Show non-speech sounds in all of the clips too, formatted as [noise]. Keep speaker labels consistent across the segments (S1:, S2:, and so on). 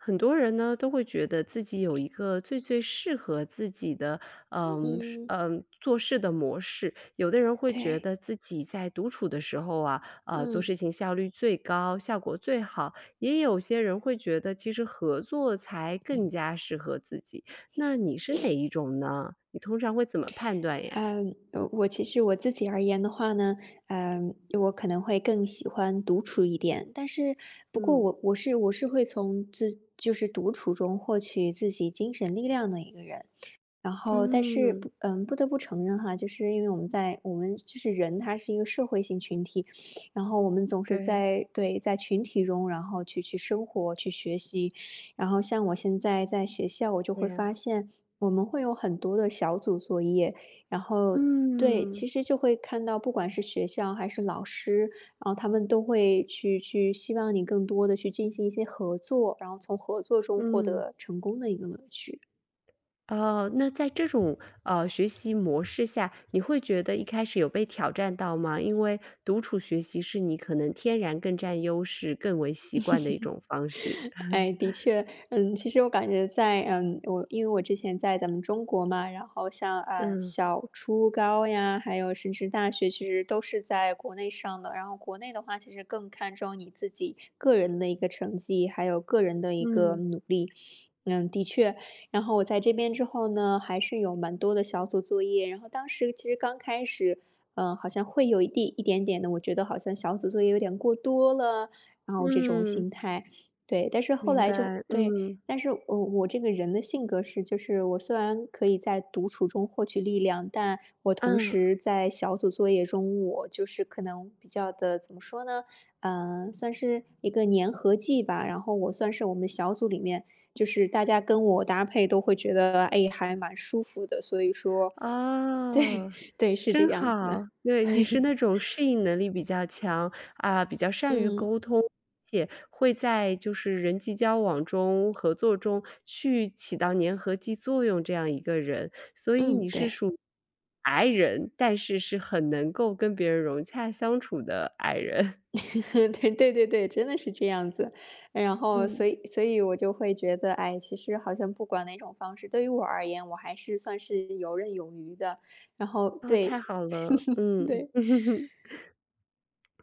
S1: 很多人呢都会觉得自己有一个最最适合自己的，是
S2: 嗯，
S1: 做事的模式。有的人会觉
S2: 对，
S1: 得自己在独处的时候啊，做
S2: 嗯，
S1: 事情效率最高，效果最好。也有些人会觉得，其实合作才更加适合自己。那你是哪一种呢？你通常会怎么判断呀？
S2: 呃，我其实我自己而言的话呢，我可能会更喜欢独处一点，但是不过
S1: 嗯
S2: 我是会从就是独处中获取自己精神力量的一个人。然后但是
S1: 嗯，
S2: 不嗯，不得不承认哈，就是因为我们就是人，他是一个社会性群体。然后我们总是
S1: 对，
S2: 在，对，在群体中，然后去生活、去学习。然后像我现在在学校，我就
S1: 对
S2: 会
S1: 呀，
S2: 发现我们会有很多的小组作业，然后对，其
S1: 嗯
S2: 实就会看到，不管是学校还是老师，然后他们都会去希望你更多的去进行一些合作，然后从合作中获
S1: 嗯。
S2: 得成功的一个乐趣。
S1: 哦，那在这种学习模式下，你会觉得一开始有被挑战到吗？因为独处学习是你可能天然更占优势、更为习惯的一种方式。
S2: 哎，的确，嗯，其实我感觉在，我因为我之前在咱们中国嘛，然后像
S1: 嗯
S2: 小初高呀，还有甚至大学，其实都是在国内上的。然后国内的话，其实更看重你自己个人的一个成绩，还有个人的一个
S1: 嗯
S2: 努力。嗯，的确。然后我在这边之后呢，还是有蛮多的小组作业。然后当时其实刚开始，好像会有一点点的，我觉得好像小组作业有点过多了，然后这种
S1: 嗯，
S2: 心态。对，但是后
S1: 明
S2: 来就
S1: 白。
S2: 对，
S1: 嗯
S2: 但是我这个人的性格是，就是我虽然可以在独处中获取力量，但我同
S1: 嗯，
S2: 时在小组作业中，我就是可能比较的怎么说呢？算是一个粘合剂吧。然后我算是我们小组里面，就是大家跟我搭配都会觉得，哎，还蛮舒服的。所以说，[laughs] 对
S1: 哦。
S2: 对，是这
S1: 真
S2: 样子的。
S1: 好，对，
S2: [laughs]
S1: 你是那种适应能力比较强，啊，比较善于
S2: 嗯
S1: 沟通，且会在就是人际交往中、合作中去起到粘合剂作用这样一个人，所以
S2: 嗯，
S1: 你是
S2: 对。
S1: 属于 I 人，但是是很能够跟别人融洽相处的 I 人。
S2: [laughs] 对对对对，真的是这样子。然
S1: [laughs]
S2: 后，
S1: 嗯，
S2: 所以我就会觉得，哎，其实好像不管哪种方式，对于我而言，我还是算是游刃有余的。然后，
S1: 啊，太
S2: 对，
S1: 好了，
S2: [laughs]
S1: 嗯。
S2: 对，
S1: [laughs]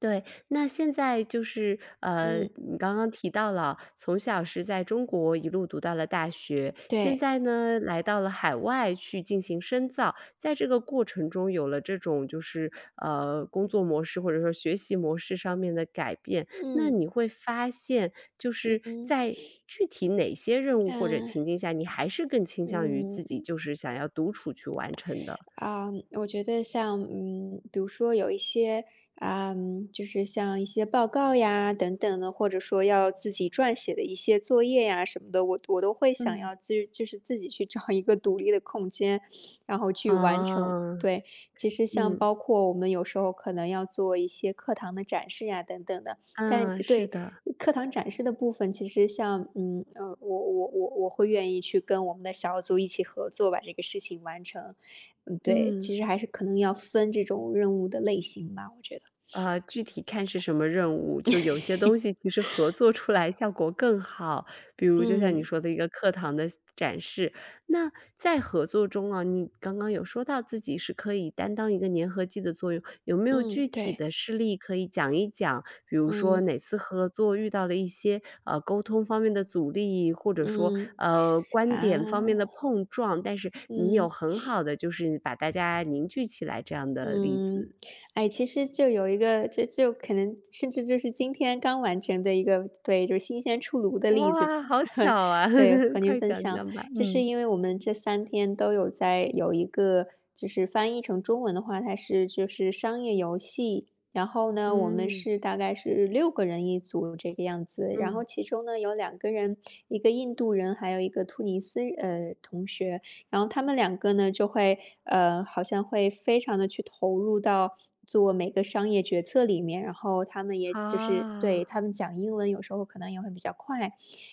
S1: 对，那现在就是，
S2: 嗯，
S1: 你刚刚提到了，从小是在中国一路读到了大学，现
S2: 对，
S1: 在呢，来到了海外去进行深造，在这个过程中有了这种就是，工作模式或者说学习模式上面的改变，那
S2: 嗯，
S1: 你会发现就
S2: 嗯
S1: 是
S2: 嗯，
S1: 在具体哪些任务
S2: 啊，
S1: 或者情境下，你还是更倾向于
S2: 嗯嗯
S1: 自己
S2: 嗯
S1: 就是想要独处去完成的？
S2: 啊，我觉得像比如说有一些啊，就是像一些报告呀等等的，或者说要自己撰写的一些作业呀什么的，我都会想
S1: 嗯。
S2: 要就是自己去找一个独立的空间，然后去完成。
S1: 啊，
S2: 对，其实像
S1: 嗯，
S2: 包括我们有时候可能要做一些课堂的展示呀等等的，但
S1: 啊，是
S2: 对
S1: 的，
S2: 课堂展示的部分，其实像我会愿意去跟我们的小组一起合作，把这个事情完成。嗯，对，
S1: 嗯。
S2: 其实还是可能要分这种任务的类型吧，我觉得。
S1: 具体看是什么任务，就有些东西其
S2: [laughs]
S1: 实合作出来效果更好，比如就像你
S2: 嗯，
S1: 说的一个课堂的展示。那在合作中啊，你刚刚有说到自己是可以担当一个粘合剂的作用，有没有
S2: 嗯，
S1: 具体
S2: 对，
S1: 的事例可以讲一讲？比如说
S2: 嗯，
S1: 哪次合作遇到了一些沟通方面的阻力，或者说
S2: 嗯，
S1: 观点方面的
S2: 啊，
S1: 碰撞，但是你有
S2: 嗯。
S1: 很好的就是把大家凝聚起来这样的例
S2: 嗯，
S1: 子。
S2: 哎，其实就有一个，就可能甚至就是今天刚完成的一个，对，就是新鲜出炉的例子吧。
S1: 哇，好巧
S2: [laughs]
S1: 啊！
S2: 对，
S1: [laughs]
S2: 和您
S1: 快
S2: 分
S1: 讲
S2: 享，
S1: 讲吧，
S2: 就是
S1: 嗯。
S2: 因为我们这3天都有在有一个，就是翻译成中文的话，它是就是商业游戏。然后呢，我们
S1: 嗯，
S2: 是大概是6个人一组这个样子。然后
S1: 嗯，
S2: 其中呢有2个人，一个印度人，还有一个突尼斯同学。然后他们两个呢，就会好像会非常的去投入到做每个商业决策里面，然后他们也就是
S1: 啊，
S2: 对，他们讲英文有时候可能也会比较快。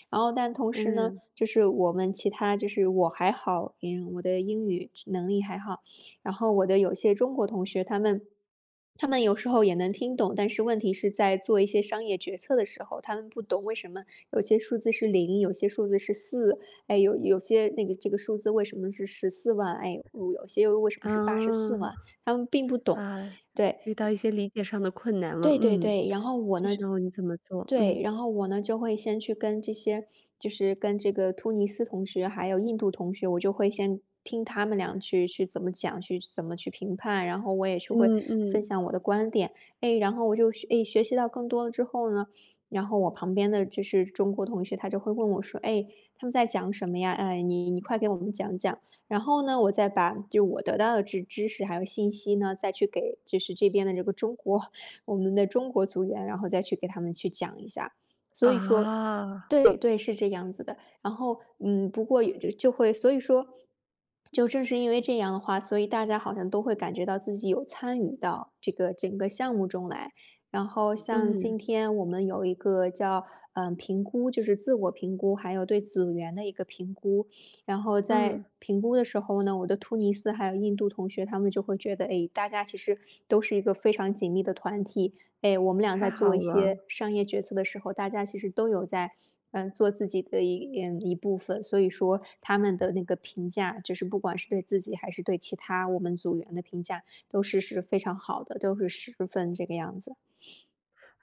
S2: 然后但同时呢，
S1: 嗯，
S2: 就是我们其他就是我还好，嗯，我的英语能力还好，然后我的有些中国同学，他们有时候也能听懂，但是问题是在做一些商业决策的时候，他们不懂为什么有些数字是0，有些数字是四。哎，有些那个这个数字为什么是十四万，哎，有些又为什么
S1: 啊，
S2: 是84万，他们并不懂。
S1: 啊，
S2: 对，
S1: 遇到一些理解上的困难了，
S2: 对对
S1: 嗯，
S2: 对，然后
S1: 这时候你怎么做？嗯，
S2: 我呢就会先去跟这些就是跟这个突尼斯同学，还有印度同学，我就会先听他们俩去怎么讲，去怎么去评判，然后我也是会
S1: 嗯
S2: 分
S1: 嗯，
S2: 享我的观点。哎，然后我就哎，学习到更多了之后呢，然后我旁边的就是中国同学，他就会问我说：“哎，他们在讲什么呀？哎，你快给我们讲讲。”然后呢，我再把就我得到的知识还有信息呢，再去给就是这边的这个中国我们的中国组员，然后再去给他们去讲一下。所以说，
S1: 啊，
S2: 对对，是这样子的。然后，嗯，不过也就会，所以说，就正是因为这样的话，所以大家好像都会感觉到自己有参与到这个整个项目中来。然后像
S1: 嗯，
S2: 今天我们有一个叫评估，就是自我评估，还有对组员的一个评估。然后在
S1: 嗯，
S2: 评估的时候呢，我的突尼斯还有印度同学，他们就会觉得，哎，大家其实都是一个非常紧密的团体。哎，我们俩
S1: 太
S2: 在做
S1: 好
S2: 一
S1: 了。
S2: 些商业决策的时候，大家其实都有在，做自己的一部分。所以说，他们的那个评价，就是不管是对自己还是对其他我们组员的评价，都是非常好的，都是十分这个样子。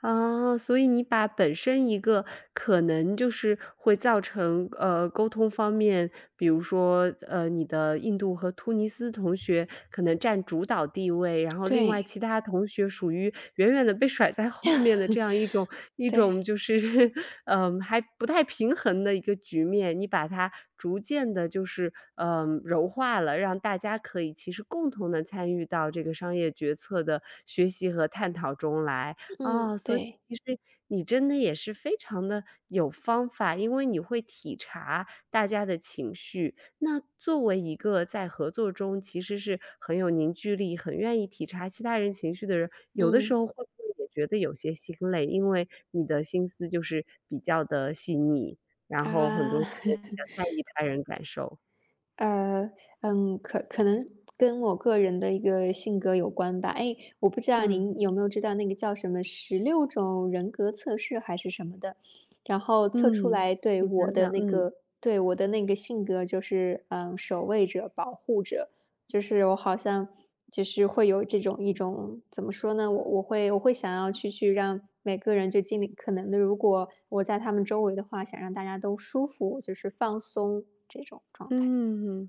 S1: 啊，所以你把本身一个可能就是会造成，沟通方面，比如说，你的印度和突尼斯同学可能占主导地位，然后另外
S2: 对
S1: 其他同学属于远远的被甩在后面的这样一种
S2: 对，
S1: 就是 [laughs]，嗯，还不太平衡的一个局面，你把它逐渐的就是，柔化了，让大家可以其实共同的参与到这个商业决策的学习和探讨中来。
S2: 嗯，
S1: 哦，所以
S2: 对，
S1: 其实你真的也是非常的有方法，因为你会体察大家的情绪。那作为一个在合作中其实是很有凝聚力，很愿意体察其他人情绪的人，有的时
S2: 嗯
S1: 候会不会也觉得有些心累？因为你的心思就是比较的细腻，然后很多
S2: 啊，
S1: 时候比
S2: [laughs]
S1: 较在意他人感受。
S2: 呃，嗯，可能跟我个人的一个性格有关吧。哎，我不知道
S1: 嗯，
S2: 您有没有知道那个叫什么16种人格测试还是什么的，然后测出
S1: 嗯，
S2: 来
S1: 请讲讲，嗯。
S2: 对，我的那个性格就是，嗯，守卫者、保护者，就是我好像就是会有这种一种怎么说呢，我会想要去让每个人就尽力可能的，如果我在他们周围的话，想让大家都舒服，就是放松这种状态。
S1: 嗯，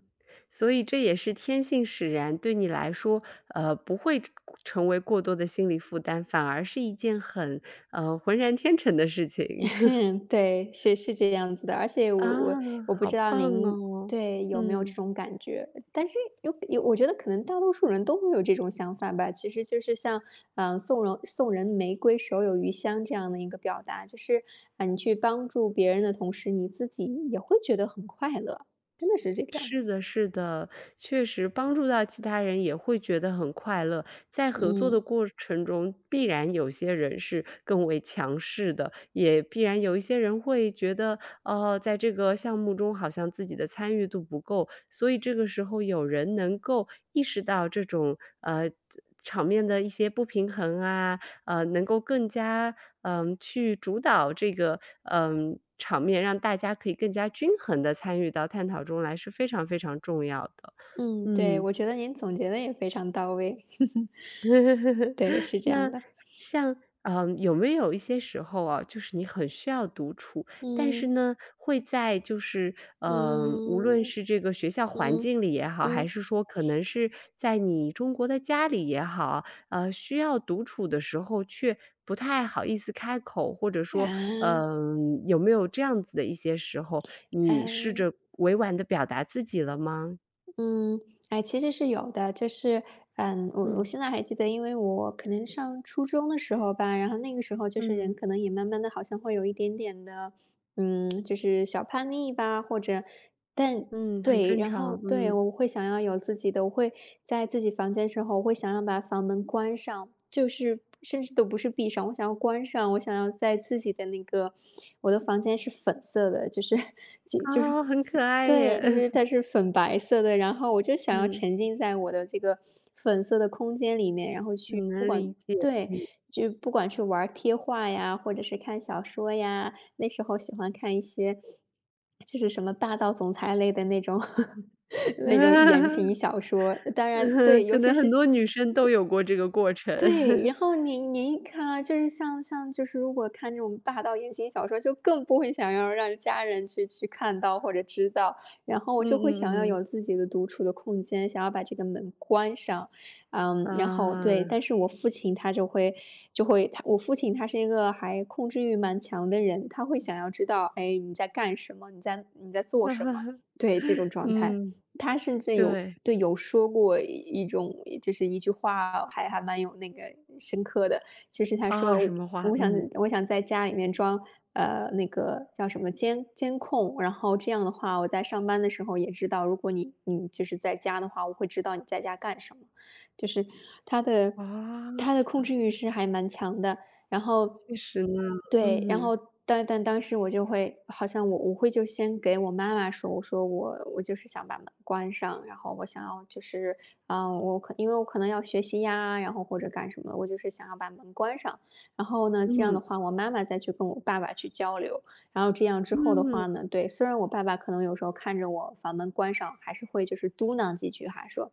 S1: 所以这也是天性使然，对你来说，不会成为过多的心理负担，反而是一件很，浑然天成的事情
S2: [laughs]
S1: [laughs]。
S2: 嗯，对，是这样子的，而且
S1: 啊，
S2: 我不
S1: 好
S2: 知道
S1: 棒
S2: 您
S1: 哦，
S2: 对，有没有这
S1: 嗯。
S2: 种感觉，但是有我觉得可能大多数人都会有这种想法吧。其实就是像，嗯，送人玫瑰，手有余香这样的一个表达，就是，啊，你去帮助别人的同时，你自己也会觉得很快乐，真的是这个样
S1: 是
S2: 子。
S1: 的，是的，确实帮助到其他人也会觉得很快乐。在合作的
S2: 嗯，
S1: 过程中，必然有些人是更为强势的，也必然有一些人会觉得，哦，在这个项目中好像自己的参与度不够，所以这个时候有人能够意识到这种场面的一些不平衡啊，能够更加去主导这个场面，让大家可以更加均衡的参与到探讨中来，是非常非常重要的。
S2: 嗯，对，
S1: 嗯，
S2: 我觉得您总结的也非常到位，[laughs]
S1: [laughs]
S2: 对，是这样
S1: 那
S2: 的。
S1: 像，有没有一些时候啊，就是你很需要独处，但是
S2: 嗯，
S1: 呢，会在就是，无论
S2: 嗯，
S1: 是这个学校环
S2: 嗯，
S1: 境里也好，还
S2: 嗯，
S1: 是说可能是在你中国的家里也好，需要独处的时候，却不太好意思开口，或者说，
S2: 啊。
S1: 有没有这样子的一些时候，你试
S2: 嗯
S1: 着委婉的表达自己了吗？
S2: 嗯，哎，其实是有的，就是嗯，我
S1: 嗯，
S2: 现在还记得，因为我可能上初中的时候吧，然后那个时候就是人
S1: 嗯，
S2: 可能也慢慢的好像会有一点点的，就是小叛逆吧，或者，但
S1: 嗯，很
S2: 对，
S1: 正
S2: 然后
S1: 常，
S2: 对
S1: 嗯。
S2: 我会想要有自己的，我会在自己房间的时候，我会想要把房门关上，就是甚至都不是闭上，我想要关上，我想要在自己的那个我的房间是粉色的，就是 [laughs] 就是
S1: 啊，很可爱
S2: 对，
S1: 耶。
S2: 但是
S1: [laughs]
S2: 它是粉白色的，然后我就想要
S1: 嗯，
S2: 沉浸在我的这个粉色的空间里面，然后去
S1: 很
S2: 不
S1: 能
S2: 管
S1: 理解。
S2: 对，就不管去玩儿贴画呀，或者是看小说呀，那时候喜欢看一些就是什么霸道总裁类的那种 [laughs] 那种言情
S1: [laughs]
S2: 小说。当然，
S1: 嗯，
S2: 对，
S1: 可
S2: 尤其
S1: 能很
S2: 是
S1: 多女生都有过这个过程。
S2: 对，然
S1: [laughs]
S2: 后您看，啊，就是像就是如果看这种霸道言情小说，就更不会想要让家人去看到或者知道，然后我就会想要
S1: 嗯嗯
S2: 有自己的独处的空间，想要把这个门关上。嗯，然后对，
S1: 嗯，啊，
S2: 但是我父亲他就会就会他我父亲他是一个还控制欲蛮强的人，他会想要知道，哎，你在干什么？你在做什么？
S1: [laughs]
S2: 对，这种状态。
S1: 嗯，
S2: 他甚至有
S1: 对，
S2: 对有说过一一种就是一句话，还蛮有那个深刻的，就是他
S1: 啊，什
S2: 说：
S1: 么花，
S2: “我想
S1: 嗯，
S2: 我想在家里面装，那个叫什么监控，然后这样的话，我在上班的时候也知道，如果你就是在家的话，我会知道你在家干什么。”就是他的
S1: 啊，
S2: 他的控制欲是还蛮强的。然后
S1: 确实呢，
S2: 对，然
S1: 嗯，
S2: 后但当时我就会好像我会先给我妈妈说，我说我就是想把门关上，然后我想要就是，啊，因为我可能要学习呀，然后或者干什么，我就是想要把门关上。然后呢，这样的
S1: 嗯，
S2: 话，我妈妈再去跟我爸爸去交流，然后这样之后的
S1: 嗯，
S2: 话呢，对，虽然我爸爸可能有时候看着我把门关上，还是会就是嘟囔几句哈，说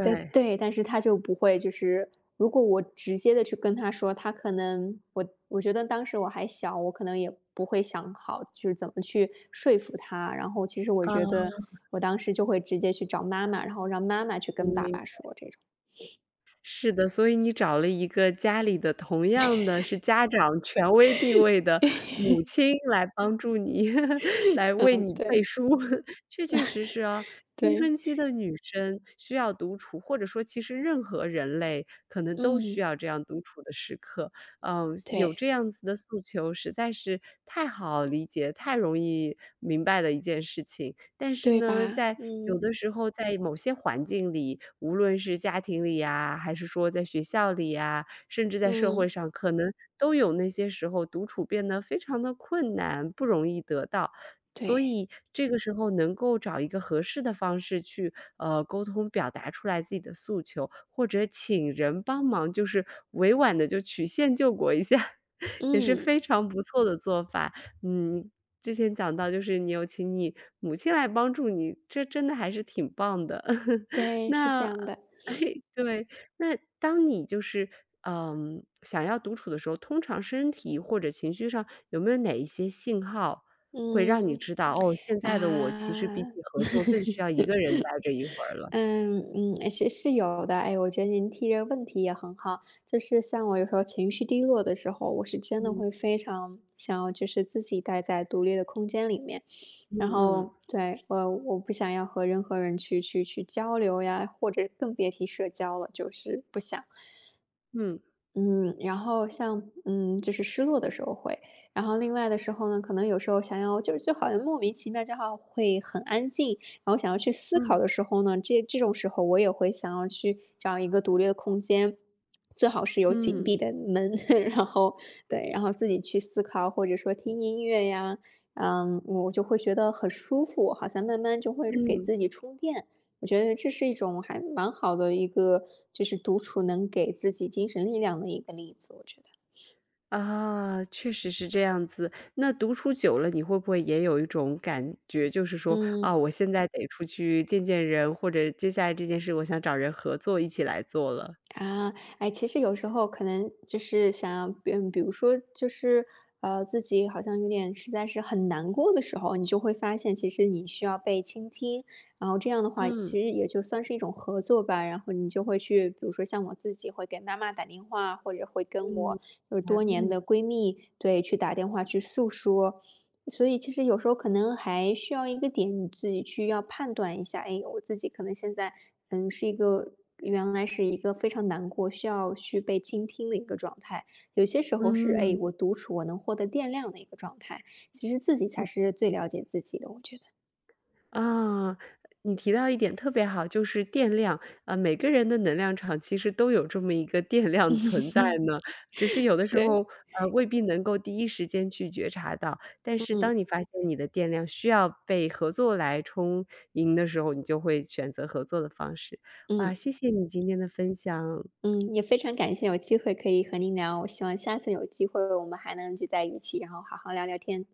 S2: 对对，但是他就不会就是如果我直接的去跟他说，他可能我觉得当时我还小，我可能也不会想好，就是怎么去说服他。然后其实我
S1: 啊，
S2: 觉得我当时就会直接去找妈妈，然后让妈妈去
S1: 嗯，
S2: 跟爸爸说这种。
S1: 是的，所以你找了一个家里的同样的是家长权威地位的母亲来帮助你，[laughs] 来为
S2: 嗯，
S1: 你背
S2: 对，
S1: 书。[laughs] 确确实实啊，青
S2: 对。
S1: 春期的女生需要独处，或者说其实任何人类可能都需
S2: 嗯，
S1: 要这样独处的时刻。嗯，有
S2: 对，
S1: 这样子的诉求实在是太好理解、太容易明白的一件事情。但是
S2: 对
S1: 呢，
S2: 吧？
S1: 有
S2: 嗯，
S1: 的时候在某些环境里，无论是家庭里呀，还是说在学校里呀，甚至在社会
S2: 嗯，
S1: 上，可能都有那些时候独处变得非常的困难，不容易得到。所
S2: 对，
S1: 以这个时候能够找一个合适的方式去，沟通表达出来自己的诉求，或者请人帮忙，就是委婉的就曲线救国一下，[laughs] 也是
S2: 嗯，
S1: 非常不错的做法。嗯，之前讲到就是你有请你母亲来帮助你，这真的还是挺棒的。[laughs]
S2: 对，是这
S1: 那
S2: 样的。
S1: 哎，对，那当你就是，想要独处的时候，通常身体或者情绪上有没有哪一些信号会让你
S2: 嗯，
S1: 知道，哦，现
S2: 啊。
S1: 在的我其实比起合作更需
S2: [laughs]
S1: 要一个人待着一会儿了。
S2: 嗯嗯，是有的。哎，我觉得您提这个问题也很好，就是像我有时候情绪低落的时候，我是真的
S1: 嗯
S2: 会非常想要就是自己待在独立的空间里面。
S1: 嗯
S2: 然
S1: 嗯
S2: 后对，我不想要和任何人去交流呀，或者更别提社交了，就是不想。
S1: 嗯
S2: 嗯，然后像嗯，就是失落的时候会。然后另外的时候呢，可能有时候想要就是就好像莫名其妙就好会很安静，然后想要去思考
S1: 嗯
S2: 的时候呢，这种时候我也会想要去找一个独立的空间，最好是有紧
S1: 嗯
S2: 闭的门。[laughs] 然后对，然后自己去思考，或者说听音乐呀。嗯，我就会觉得很舒服，好像慢慢就会给
S1: 嗯。
S2: 自己充电。我觉得这是一种还蛮好的一个，就是独处能给自己精神力量的一个例子，我觉得。
S1: 啊，确实是这样子。那独处久了，你会不会也有一种感觉，就是说，
S2: 嗯，
S1: 啊，我现在得出去见见人，或者接下来这件事，我想找人合作，一起来做了。
S2: 啊，哎，其实有时候可能就是想要，嗯，比如说就是，自己好像有点实在是很难过的时候，你就会发现其实你需要被倾听，然后这样的话
S1: 嗯，
S2: 其实也就算是一种合作吧。然后你就会去，比如说像我自己会给妈妈打电话，或者会跟
S1: 嗯，
S2: 我就是多年的
S1: 嗯，
S2: 闺蜜，对，去打电话去诉说。所以其实有时候可能还需要一个点，你自己去要判断一下，哎，我自己可能现在，嗯，是一个原来是一个非常难过，需要去被倾听的一个状态。有些时候是，哎，
S1: 嗯。
S2: 我独处我能获得电量的一个状态。其实自己才是最了解自己的，我觉得。
S1: 啊，你提到一点特别好，就是电量。啊，每个人的能量场其实都有这么一个电量存在呢，只是有的时候，
S2: 对。
S1: 未必能够第一时间去觉察到。但是
S2: 嗯
S1: 当你发现你的电量需要被合作来充盈的时候，你就会选择合作的方式。
S2: 嗯
S1: 哇，谢谢你今天的分享。
S2: 嗯，也非常感谢有机会可以和您聊，我希望下次有机会我们还能聚在一起，然后好好聊聊天。